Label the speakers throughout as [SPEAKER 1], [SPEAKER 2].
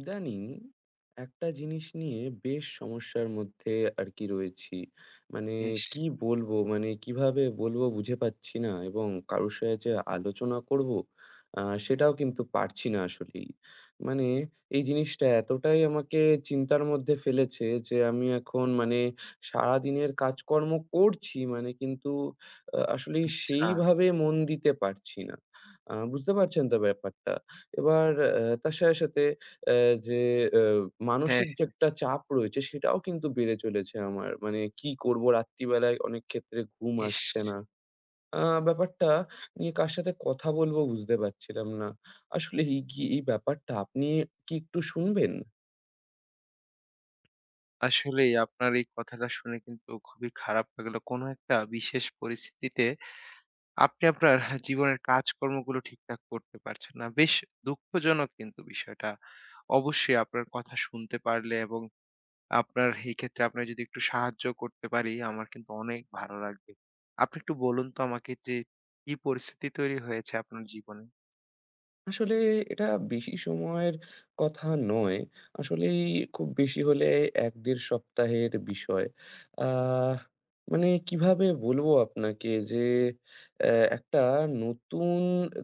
[SPEAKER 1] ইদানিং একটা জিনিস নিয়ে বেশ সমস্যার মধ্যে আর কি রয়েছি। মানে
[SPEAKER 2] ইস!
[SPEAKER 1] কি বলবো? মানে কিভাবে বলবো বুঝে পাচ্ছি না, এবং কারোর সাথে যে আলোচনা করবো সেটাও কিন্তু পারছি না আসলেই। মানে এই জিনিসটা এতটাই আমাকে চিন্তার মধ্যে ফেলেছে যে আমি এখন মানে সারাদিনের কাজকর্ম করছি মানে কিন্তু আসলেই
[SPEAKER 2] আ
[SPEAKER 1] সেইভাবে মন দিতে পারছি না। বুঝতে পারছেন তো ব্যাপারটা? এবার তার সাথে যে অ্যা
[SPEAKER 2] হ্যাঁ,
[SPEAKER 1] মানসিক যে একটা চাপ রয়েছে সেটাও কিন্তু বেড়ে চলেছে আমার। মানে কি করব, রাত্রিবেলায় অনেক ক্ষেত্রে ঘুম
[SPEAKER 2] ইস!
[SPEAKER 1] আসছে না। আ ব্যাপারটা নিয়ে কার সাথে কথা বলব বুঝতে পারছিলাম না। আসলে এই কি এই ব্যাপারটা আপনি কি একটু শুনবেন?
[SPEAKER 2] আসলেই আপনার এই কথাটা শুনে কিন্তু খুবই খারাপ লাগলো। কোনো একটা বিশেষ পরিস্থিতিতে আপনি আপনার জীবনের কাজকর্মগুলো ঠিকঠাক করতে পারছেন না। বেশ দুঃখজনক কিন্তু বিষয়টা। অবশ্যই আপনার কথা শুনতে পারলে এবং আপনার এই ক্ষেত্রে আপনার যদি একটু সাহায্য করতে পারি, আমার কিন্তু অনেক ভালো লাগবে। আপনি একটু বলুন তো আমাকে যে, কি পরিস্থিতি তৈরি হয়েছে আপনার জীবনে?
[SPEAKER 1] আসলে এটা বেশি সময়ের কথা নয়। আসলেই খুব বেশি হলে ১-১.৫ সপ্তাহের বিষয়। আহ মানে কিভাবে বলবো আপনাকে যে, অ্যা একটা নতুন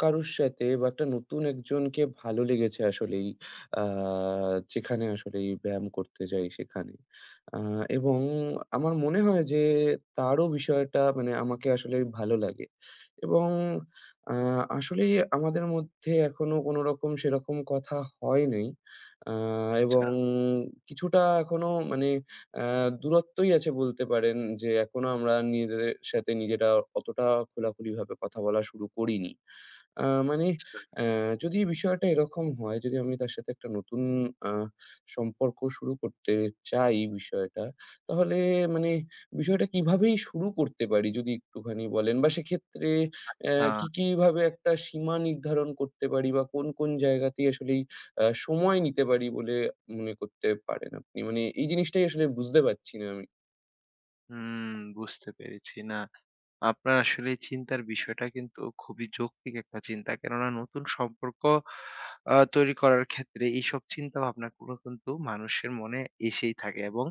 [SPEAKER 1] কারোর সাথে বা একটা নতুন একজনকে ভালো লেগেছে আসলেই। আ যেখানে আসলেই ব্যায়াম করতে যাই সেখানে। আ এবং আমার মনে হয় যে, তারও বিষয়টা মানে আমাকে আসলেই ভালো লাগে। এবং আ আসলে আমাদের মধ্যে এখনো কোনো রকম সেরকম কথা হয় নাই। আ
[SPEAKER 2] আচ্ছা,
[SPEAKER 1] এবং কিছুটা এখনো মানে আ দূরত্বই আছে বলতে পারেন, যে এখনো আমরা নিজেদের সাথে নিজেরা অতটা খোলাখুলিভাবে কথা বলা শুরু করিনি। মানে
[SPEAKER 2] আচ্ছা,
[SPEAKER 1] যদি বিষয়টা এরকম হয়, যদি আমি তার সাথে একটা নতুন আ সম্পর্ক শুরু করতে চাই বিষয়টা, তাহলে মানে বিষয়টা কিভাবেই শুরু করতে পারি যদি একটুখানি বলেন, বা সেক্ষেত্রে
[SPEAKER 2] আচ্ছা।
[SPEAKER 1] কি, কি ভাবে একটা সীমা নির্ধারণ করতে পারি, বা কোন, কোন জায়গাতেই আসলেই সময় নিতে পারি বলে মনে করতে পারেন আপনি? মানে এই জিনিসটাই আসলে বুঝতে পারছি না আমি।
[SPEAKER 2] হুম, বুঝতে পেরেছি। না, আপনার আসলে এই চিন্তার বিষয়টা কিন্তু খুবই যৌক্তিক একটা চিন্তা। কেননা নতুন সম্পর্ক তৈরি করার ক্ষেত্রে এইসব চিন্তাভাবনাগুলো কিন্তু মানুষের মনে এসেই থাকে এবং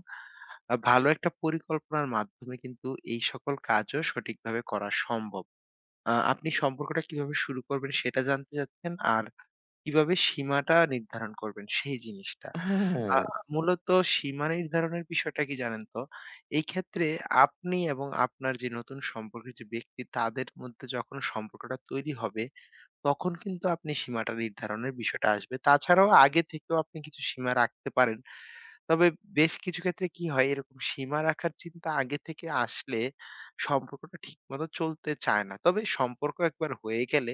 [SPEAKER 2] ভালো একটা পরিকল্পনার মাধ্যমে কিন্তু এই সকল কাজও সঠিকভাবে করা সম্ভব। আপনি সম্পর্কটা কিভাবে শুরু করবেন সেটা জানতে চাচ্ছেন আর কিভাবে সীমাটা নির্ধারণ করবেন সেই জিনিসটা। আ
[SPEAKER 1] হ্যাঁ,
[SPEAKER 2] মূলত সীমা নির্ধারণের বিষয়টা কি জানেন তো? এই ক্ষেত্রে আপনি এবং আপনার যে নতুন সম্পর্কের যে ব্যক্তি তাদের মধ্যে যখন সম্পর্কটা তৈরি হবে, তখন কিন্তু আপনি সীমাটা নির্ধারণের বিষয়টা আসবে। তাছাড়াও আগে থেকেও আপনি কিছু সীমা রাখতে পারেন। তবে বেশ কিছু ক্ষেত্রে কি হয় এরকম সীমা রাখার চিন্তা আগে থেকে আসলে সম্পর্কটা ঠিকমতো চলতে চায় না। তবে সম্পর্ক একবার হয়ে গেলে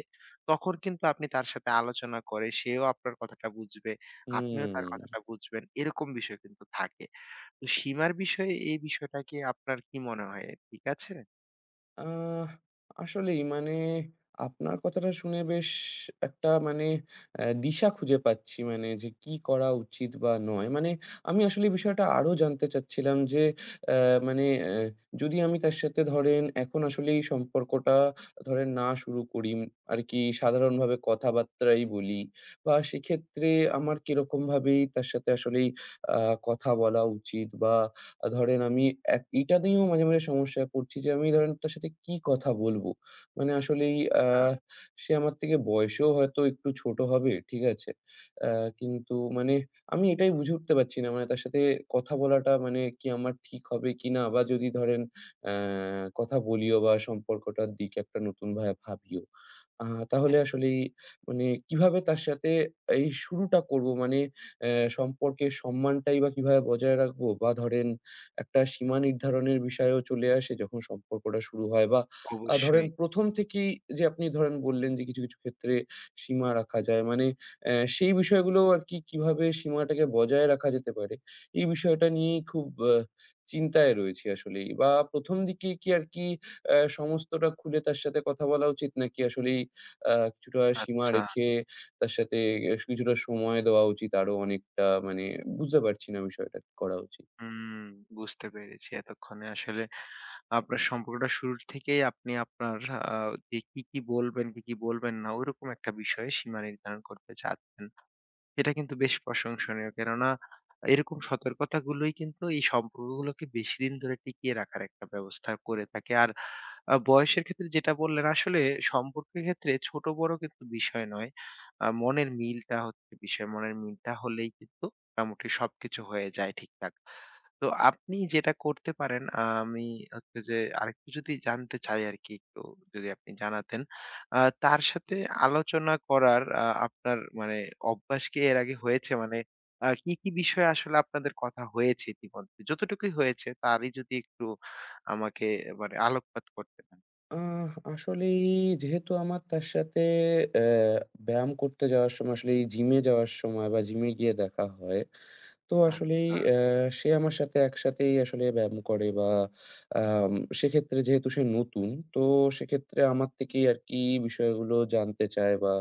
[SPEAKER 2] তখন কিন্তু আপনি তার সাথে আলোচনা করে সেও আপনার কথাটা বুঝবে, আপনিও তার
[SPEAKER 1] হুম।
[SPEAKER 2] কথাটা বুঝবেন। এরকম বিষয় কিন্তু থাকে। তো সীমার বিষয়ে এই বিষয়টাকে আপনার কি মনে হয়? ঠিক আছে?
[SPEAKER 1] আহ আসলেই মানে আপনার কথাটা শুনে বেশ একটা মানে দিশা খুঁজে পাচ্ছি, মানে যে কি করা উচিত বা নয়। মানে আমি আসলে বিষয়টা আরো জানতে চাচ্ছিলাম যে মানে যদি আমি তার সাথে ধরেন এখন আসলে এই সম্পর্কটা ধরেন না শুরু করি, আর কি সাধারণভাবে কথাবার্তাই বলি, বা সেক্ষেত্রে আমার কিরকম ভাবেই তার সাথে আসলেই কথা বলা উচিত, বা ধরেন আমি এইটা নিয়েও মাঝে, মাঝে সমস্যায় পড়ছি যে আমি ধরেন তার সাথে কি কথা বলবো? মানে আসলেই আ
[SPEAKER 2] আ
[SPEAKER 1] সে আমার থেকে বয়সেও হয়তো একটু ছোট হবে, ঠিক আছে? আ কিন্তু মানে আমি এটাই বুঝে উঠতে পারছি না। মানে তার সাথে কথা বলাটা মানে কি আমার ঠিক হবে কিনা? বা যদি ধরেন অ্যা কথা বলিও বা সম্পর্কটার দিক একটা নতুনভাবে ভাবিও। আ তাহলে আসলেই মানে কিভাবে তার সাথে এই শুরুটা করবো? মানে সম্পর্কের সম্মানটাই বা কিভাবে বজায় রাখবো? বা ধরেন একটা সীমা নির্ধারণের বিষয়ও চলে আসে যখন সম্পর্কটা শুরু হয়, বা ধরেন
[SPEAKER 2] অবশ্যই।
[SPEAKER 1] ১ম থেকেই যে আপনি ধরেন বললেন যে কিছু, কিছু ক্ষেত্রে সীমা রাখা যায়। মানে সেই বিষয়গুলো আরকি কিভাবে সীমাটাকে বজায় রাখা যেতে পারে, এই বিষয়টা নিয়েই খুব চিন্তায় রয়েছি আসলেই। বা ১ম দিকে কি আরকি সমস্তটা খুলে তার সাথে কথা বলা উচিত, নাকি আসলেই কিছুটা সীমা
[SPEAKER 2] আচ্ছা।
[SPEAKER 1] রেখে তার সাথে কিছুটা সময় দেওয়া উচিত আরো অনেকটা? মানে বুঝতে পারছি না বিষয়টা, কি করা উচিত?
[SPEAKER 2] হুম, বুঝতে পেরেছি এতক্ষণে আসলে আপনার সম্পর্কটা শুরুর থেকেই আপনি আপনার আ যে কি, কি বলবেন, কি, কি বলবেন না ওইরকম একটা বিষয়ে সীমা নির্ধারণ করতে চাচ্ছেন। এটা কিন্তু বেশ প্রশংসনীয়। কেননা এরকম সতর্কতাগুলোই কিন্তু এই সম্পর্কগুলোকে বেশিদিন ধরে টিকিয়ে রাখার একটা ব্যবস্থা করে থাকে। আর বয়সের ক্ষেত্রে যেটা বললেন আসলে সম্পর্কের ক্ষেত্রে ছোট বড় কিন্তু বিষয় নয়। মনের মিলটা হচ্ছে বিষয়। মনের মিলটা হলেই কিন্তু মোটামুটি সবকিছু হয়ে যায় ঠিকঠাক। তো আপনি যেটা করতে পারেন আমি হচ্ছে যে আরেকটু যদি জানতে চাই আরকি একটু যদি আপনি জানাতেন। তার সাথে আলোচনা করার আপনার মানে অভ্যাস কি এর আগে হয়েছে? মানে কি, কি বিষয়ে আসলে আপনাদের কথা হয়েছে ইতিমধ্যে? যতটুকুই হয়েছে তারই যদি একটু আমাকে মানে আলোকপাত করতেন।
[SPEAKER 1] আসলেই যেহেতু আমার তার সাথে আহ, ব্যায়াম করতে যাওয়ার সময়, আসলে এই জিমে যাওয়ার সময় বা জিমে গিয়ে দেখা হয়, তো আসলেই
[SPEAKER 2] আচ্ছা,
[SPEAKER 1] আ সে আমার সাথে একসাথেই আসলে ব্যায়াম করে, বা আম সেক্ষেত্রে যেহেতু সে নতুন, তো সেক্ষেত্রে আমার থেকেই আরকি বিষয়গুলো জানতে চায়, বা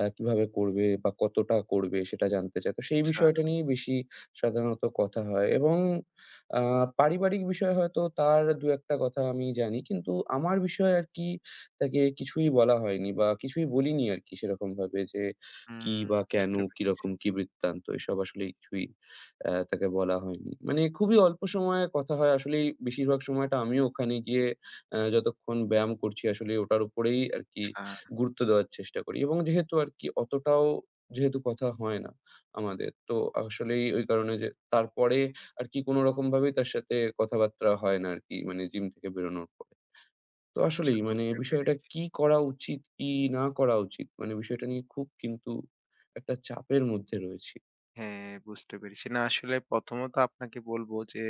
[SPEAKER 1] কিভাবে করবে বা কতটা করবে সেটা জানতে চায়। তো সেই
[SPEAKER 2] আচ্ছা।
[SPEAKER 1] বিষয়টা নিয়েই বেশি সাধারণত কথা হয়, এবং আ পারিবারিক বিষয়ে হয়তো তার ২-১ টা কথা আমি জানি। কিন্তু আমার বিষয়ে আরকি তাকে কিছুই বলা হয়নি বা কিছুই বলিনি আরকি সেরকমভাবে যে, কি
[SPEAKER 2] হুম,
[SPEAKER 1] বা কেন,
[SPEAKER 2] বুঝতে পেরেছি।
[SPEAKER 1] কিরকম কি বৃত্তান্ত এসব আসলে কিছুই তাকে বলা হয়নি। মানে খুবই অল্প সময়ে কথা হয়। আসলেই বেশিরভাগ সময়টা আমিও ওখানে গিয়ে যতক্ষণ ব্যায়াম করছি আসলে ওটার উপরেই আরকি গুরুত্ব দেওয়ার চেষ্টা করি, এবং যেহেতু আরকি অতটাও, যেহেতু কথা হয় না আমাদের, তো আসলেই ওই কারণে যে তারপরে আরকি কোনরকমভাবেই তার সাথে কথাবার্তা হয় না আরকি, মানে জিম থেকে বেরোনোর পরে। তো
[SPEAKER 2] আচ্ছা,
[SPEAKER 1] আসলেই মানে
[SPEAKER 2] বুঝতে
[SPEAKER 1] বিষয়টা
[SPEAKER 2] পেরেছি।
[SPEAKER 1] কি করা উচিত, কি না করা উচিত? মানে বিষয়টা নিয়ে খুব কিন্তু একটা চাপের মধ্যে রয়েছি।
[SPEAKER 2] হ্যাঁ, বুঝতে পেরেছি। না আসলে প্রথমত আপনাকে বলব যে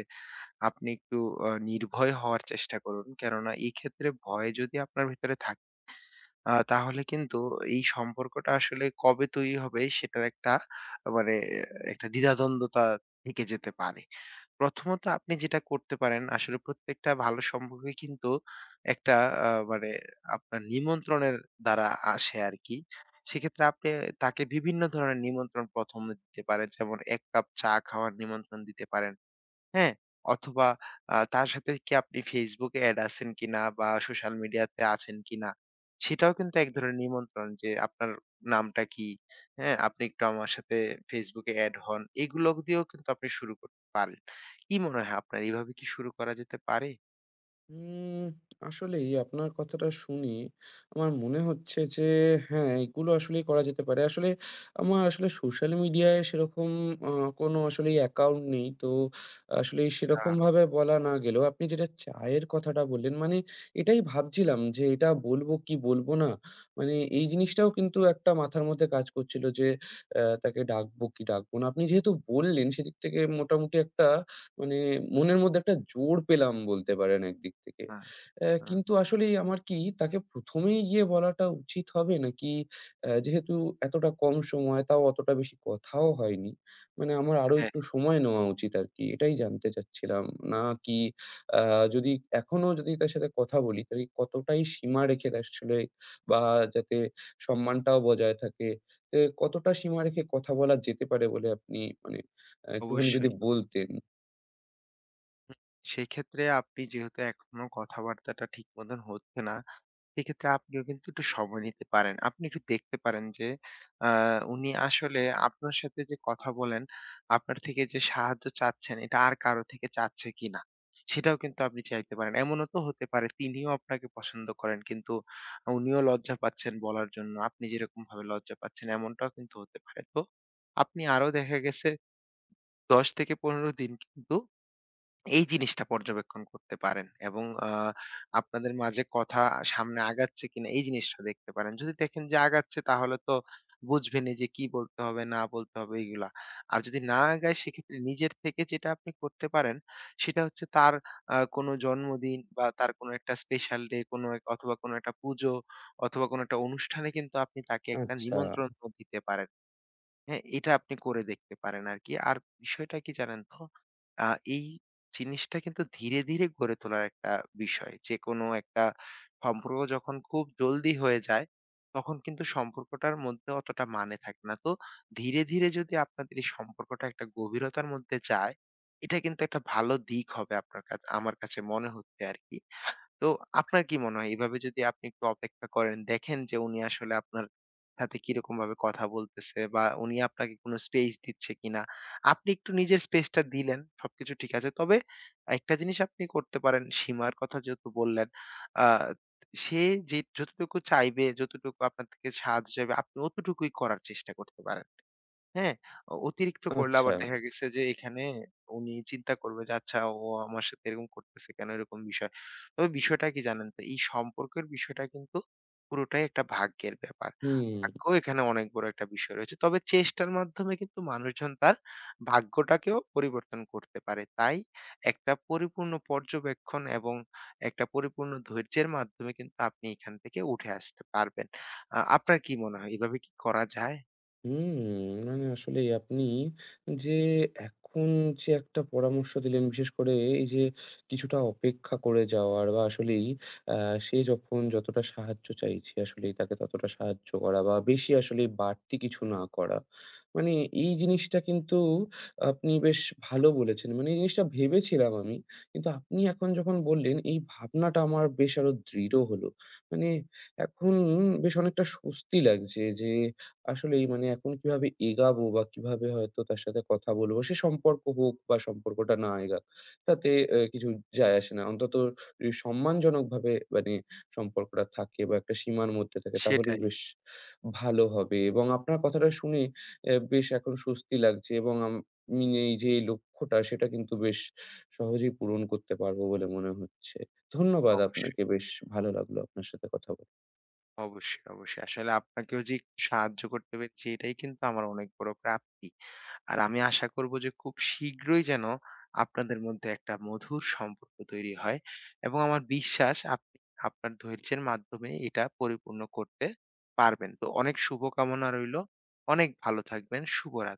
[SPEAKER 2] আপনি একটু নির্ভয় হওয়ার চেষ্টা করুন। কেননা এই ক্ষেত্রে ভয় যদি আপনার ভিতরে থাকে, তাহলে কিন্তু এই সম্পর্কটা আসলে কবে তৈরি হবে সেটার একটা মানে একটা দ্বিধাদ্বন্দ্বতা থেকে যেতে পারে। প্রথমত আপনি যেটা করতে পারেন আসলে প্রত্যেকটা ভালো সম্পর্কে কিন্তু একটা মানে আপনার নিমন্ত্রণের দ্বারা আসে আরকি। সেক্ষেত্রে আপনি তাকে বিভিন্ন ধরনের নিমন্ত্রণ ১ম এ দিতে পারেন। যেমন ১ কাপ চা খাওয়ার নিমন্ত্রণ দিতে পারেন। হ্যাঁ? অথবা তার সাথে কি আপনি Facebook এ এড আছেন কিনা বা সোশ্যাল মিডিয়াতে আছেন কিনা? সেটাও কিন্তু এক ধরনের নিমন্ত্রণ যে আপনার নামটা কি? হ্যাঁ? আপনি একটু আমার সাথে Facebook এ এড হন। এগুলো দিয়েও কিন্তু আপনি শুরু করতে পারেন। কি মনে হয় আপনার এভাবে কি শুরু করা যেতে পারে?
[SPEAKER 1] উম আসলেই আপনার কথাটা শুনি, আমার মনে হচ্ছে যে হ্যাঁ, এগুলো আসলেই করা যেতে পারে। আসলে আমার আসলে সোশ্যাল মিডিয়ায় সেরকম আ কোনো আসলেই অ্যাকাউন্ট নেই। তো আসলে
[SPEAKER 2] আ
[SPEAKER 1] সেরকমভাবে বলা না গেলেও, আপনি যেটা চায়ের কথাটা বললেন, মানে এটাই ভাবছিলাম যে এটা বলব কি বলব না? মানে এই জিনিসটাও কিন্তু একটা মাথার মধ্যে কাজ করছিল যে তাকে ডাকবো কি ডাকবো না? আপনি যেহেতু বললেন, সেদিক থেকে মোটামুটি একটা মানে মনের মধ্যে একটা জোর পেলাম বলতে পারেন একদিক থেকে।
[SPEAKER 2] আ আ
[SPEAKER 1] কিন্তু আসলেই আমার কি তাকে ১ম এই গিয়ে বলাটা উচিত হবে? নাকি যেহেতু এতটা কম সময়, তাও অতটা বেশি কথাও হয়নি। মানে আমার আরো
[SPEAKER 2] হ্যাঁ,
[SPEAKER 1] একটু সময় নেওয়া উচিত আরকি। এটাই জানতে চাচ্ছিলাম। নাকি আ যদি এখনো যদি তার সাথে কথা বলি, তাহলে কতটাই সীমা রেখে তার আসলে, বা যাতে সম্মানটাও বজায় থাকে, তে কতটা সীমা রেখে কথা বলা যেতে পারে বলে আপনি মানে একটুখানি যদি
[SPEAKER 2] অবশ্যই।
[SPEAKER 1] বলতেন?
[SPEAKER 2] হুম, সেক্ষেত্রে আপনি যেহেতু এখনো কথাবার্তাটা ঠিক মতন হচ্ছে না সেক্ষেত্রে আপনিও কিন্তু একটু সময় নিতে পারেন। আপনি একটু দেখতে পারেন যে উনি আসলে আপনার সাথে যে কথা বলেন, আপনার থেকে যে সাহায্য চাচ্ছেন এটা আর কারো থেকে চাচ্ছে কিনা? সেটাও কিন্তু আপনি চাইতে পারেন। এমনও তো হতে পারে তিনিও আপনাকে পছন্দ করেন কিন্তু উনিও লজ্জা পাচ্ছেন বলার জন্য। আপনি যেরকমভাবে লজ্জা পাচ্ছেন এমনটাও কিন্তু হতে পারে। তো আপনি আরো দেখা গেছে ১০ থেকে ১৫ দিন কিন্তু এই জিনিসটা পর্যবেক্ষণ করতে পারেন এবং আপনাদের মাঝে কথা সামনে আগাচ্ছে কিনা এই জিনিসটা দেখতে পারেন। যদি দেখেন যে আগাচ্ছে তাহলে তো বুঝবেনই যে কি বলতে হবে, না বলতে হবে এগুলা। আর যদি না আগায় সেক্ষেত্রে নিজের থেকে যেটা আপনি করতে পারেন সেটা হচ্ছে তার কোনো জন্মদিন বা তার কোনো একটা স্পেশাল ডে কোনো এক অথবা কোনো একটা পুজো অথবা কোনো একটা অনুষ্ঠানে কিন্তু আপনি তাকে একটা
[SPEAKER 1] আচ্ছা,
[SPEAKER 2] নিমন্ত্রণ দিতে পারেন। হ্যাঁ, এটা আপনি করে দেখতে পারেন আরকি। আর বিষয়টা কি জানেন তো? আ এই জিনিসটা কিন্তু ধীরে, ধীরে গড়ে তোলার একটা বিষয়। যেকোনো একটা সম্পর্ক যখন খুব জলদি হয়ে যায়, তখন কিন্তু সম্পর্কটার মধ্যে অতটা মানে থাকে না। তো ধীরে, ধীরে যদি আপনাদের এই সম্পর্কটা একটা গভীরতার মধ্যে যায়, এটা কিন্তু একটা ভালো দিক হবে আপনার কাছে আমার কাছে মনে হচ্ছে আরকি। তো আপনার কি মনে হয় এভাবে যদি আপনি একটু অপেক্ষা করেন, দেখেন যে উনি আসলে আপনার সাথে কিরকম ভাবে কথা বলতেছে বা উনি আপনাকে কোনো স্পেস দিচ্ছে কিনা। আপনি একটু নিজের স্পেসটা দিলেন, সবকিছু ঠিক আছে। তবে একটা জিনিস আপনি করতে পারেন, সীমার কথা যেহেতু বললেন, আ সে যে যতটুকু চাইবে, যতটুকু আপনার থেকে সাহায্য চাইবে, আপনি অতটুকুই করার চেষ্টা করতে পারেন। হ্যাঁ? অতিরিক্ত করলে
[SPEAKER 1] আচ্ছা।
[SPEAKER 2] আবার দেখা গেছে যে এখানে উনি চিন্তা করবে যে, "আচ্ছা ও আমার সাথে এরকম করতেছে কেন?" এরকম বিষয়। তবে বিষয়টা কি জানেন তো? এই সম্পর্কের বিষয়টা কিন্তু পুরোটাই একটা ভাগ্যের ব্যাপার।
[SPEAKER 1] হুম।
[SPEAKER 2] ভাগ্য এখানে অনেক বড় একটা বিষয় রয়েছে। তবে চেষ্টার মাধ্যমে কিন্তু মানুষজন তার ভাগ্যটাকেও পরিবর্তন করতে পারে। তাই একটা পরিপূর্ণ পর্যবেক্ষণ এবং একটা পরিপূর্ণ ধৈর্যের মাধ্যমে কিন্তু আপনি এখান থেকে উঠে আসতে পারবেন। আপনার কি মনে হয়? এভাবে কি করা যায়?
[SPEAKER 1] হুম, মানে আসলেই আপনি যে এখন যে একটা পরামর্শ দিলেন, বিশেষ করে এই যে কিছুটা অপেক্ষা করে যাওয়ার, বা আসলেই আ সে যখন যতটা সাহায্য চাইছে আসলেই তাকে ততটা সাহায্য করা, বা বেশি আসলেই বাড়তি কিছু না করা। মানে এই জিনিসটা কিন্তু আপনি বেশ ভালো বলেছেন। মানে এই জিনিসটা ভেবেছিলাম আমি। কিন্তু আপনি এখন যখন বললেন, এই ভাবনাটা আমার বেশ আরো দৃঢ় হলো। মানে এখন বেশ অনেকটা স্বস্তি লাগছে যে আসলেই মানে এখন কিভাবে এগাবো বা কিভাবে হয়তো তার সাথে কথা বলবো? সে সম্পর্ক হোক বা সম্পর্কটা না এগাক, তাতে কিছু যায় আসে না। অন্তত সম্মানজনকভাবে মানে সম্পর্কটা থাকে বা একটা সীমার মধ্যে থাকে, তাহলেই
[SPEAKER 2] সেটাই।
[SPEAKER 1] বেশ ভালো হবে। এবং আপনার কথাটা শুনে বেশ এখন স্বস্তি লাগছে, এবং আমি এই যে এই লক্ষ্যটা সেটা কিন্তু বেশ সহজেই পূরণ করতে পারবো বলে মনে হচ্ছে। ধন্যবাদ আপনাকে।
[SPEAKER 2] অবশ্যই,
[SPEAKER 1] বেশ ভালো লাগলো আপনার সাথে কথা
[SPEAKER 2] অবশ্যই, অবশ্যই। আসলে আপনাকেও যে একটু সাহায্য করতে পেরেছি এটাই কিন্তু আমার অনেক বড় প্রাপ্তি। আর আমি আশা করব যে খুব শীঘ্রই যেন আপনাদের মধ্যে একটা মধুর সম্পর্ক তৈরি হয় এবং আমার বিশ্বাস আপনি আপনার ধৈর্যের মাধ্যমে এটা পরিপূর্ণ করতে পারবেন। তো অনেক শুভকামনা রইলো। অনেক ভালো থাকবেন। শুভরা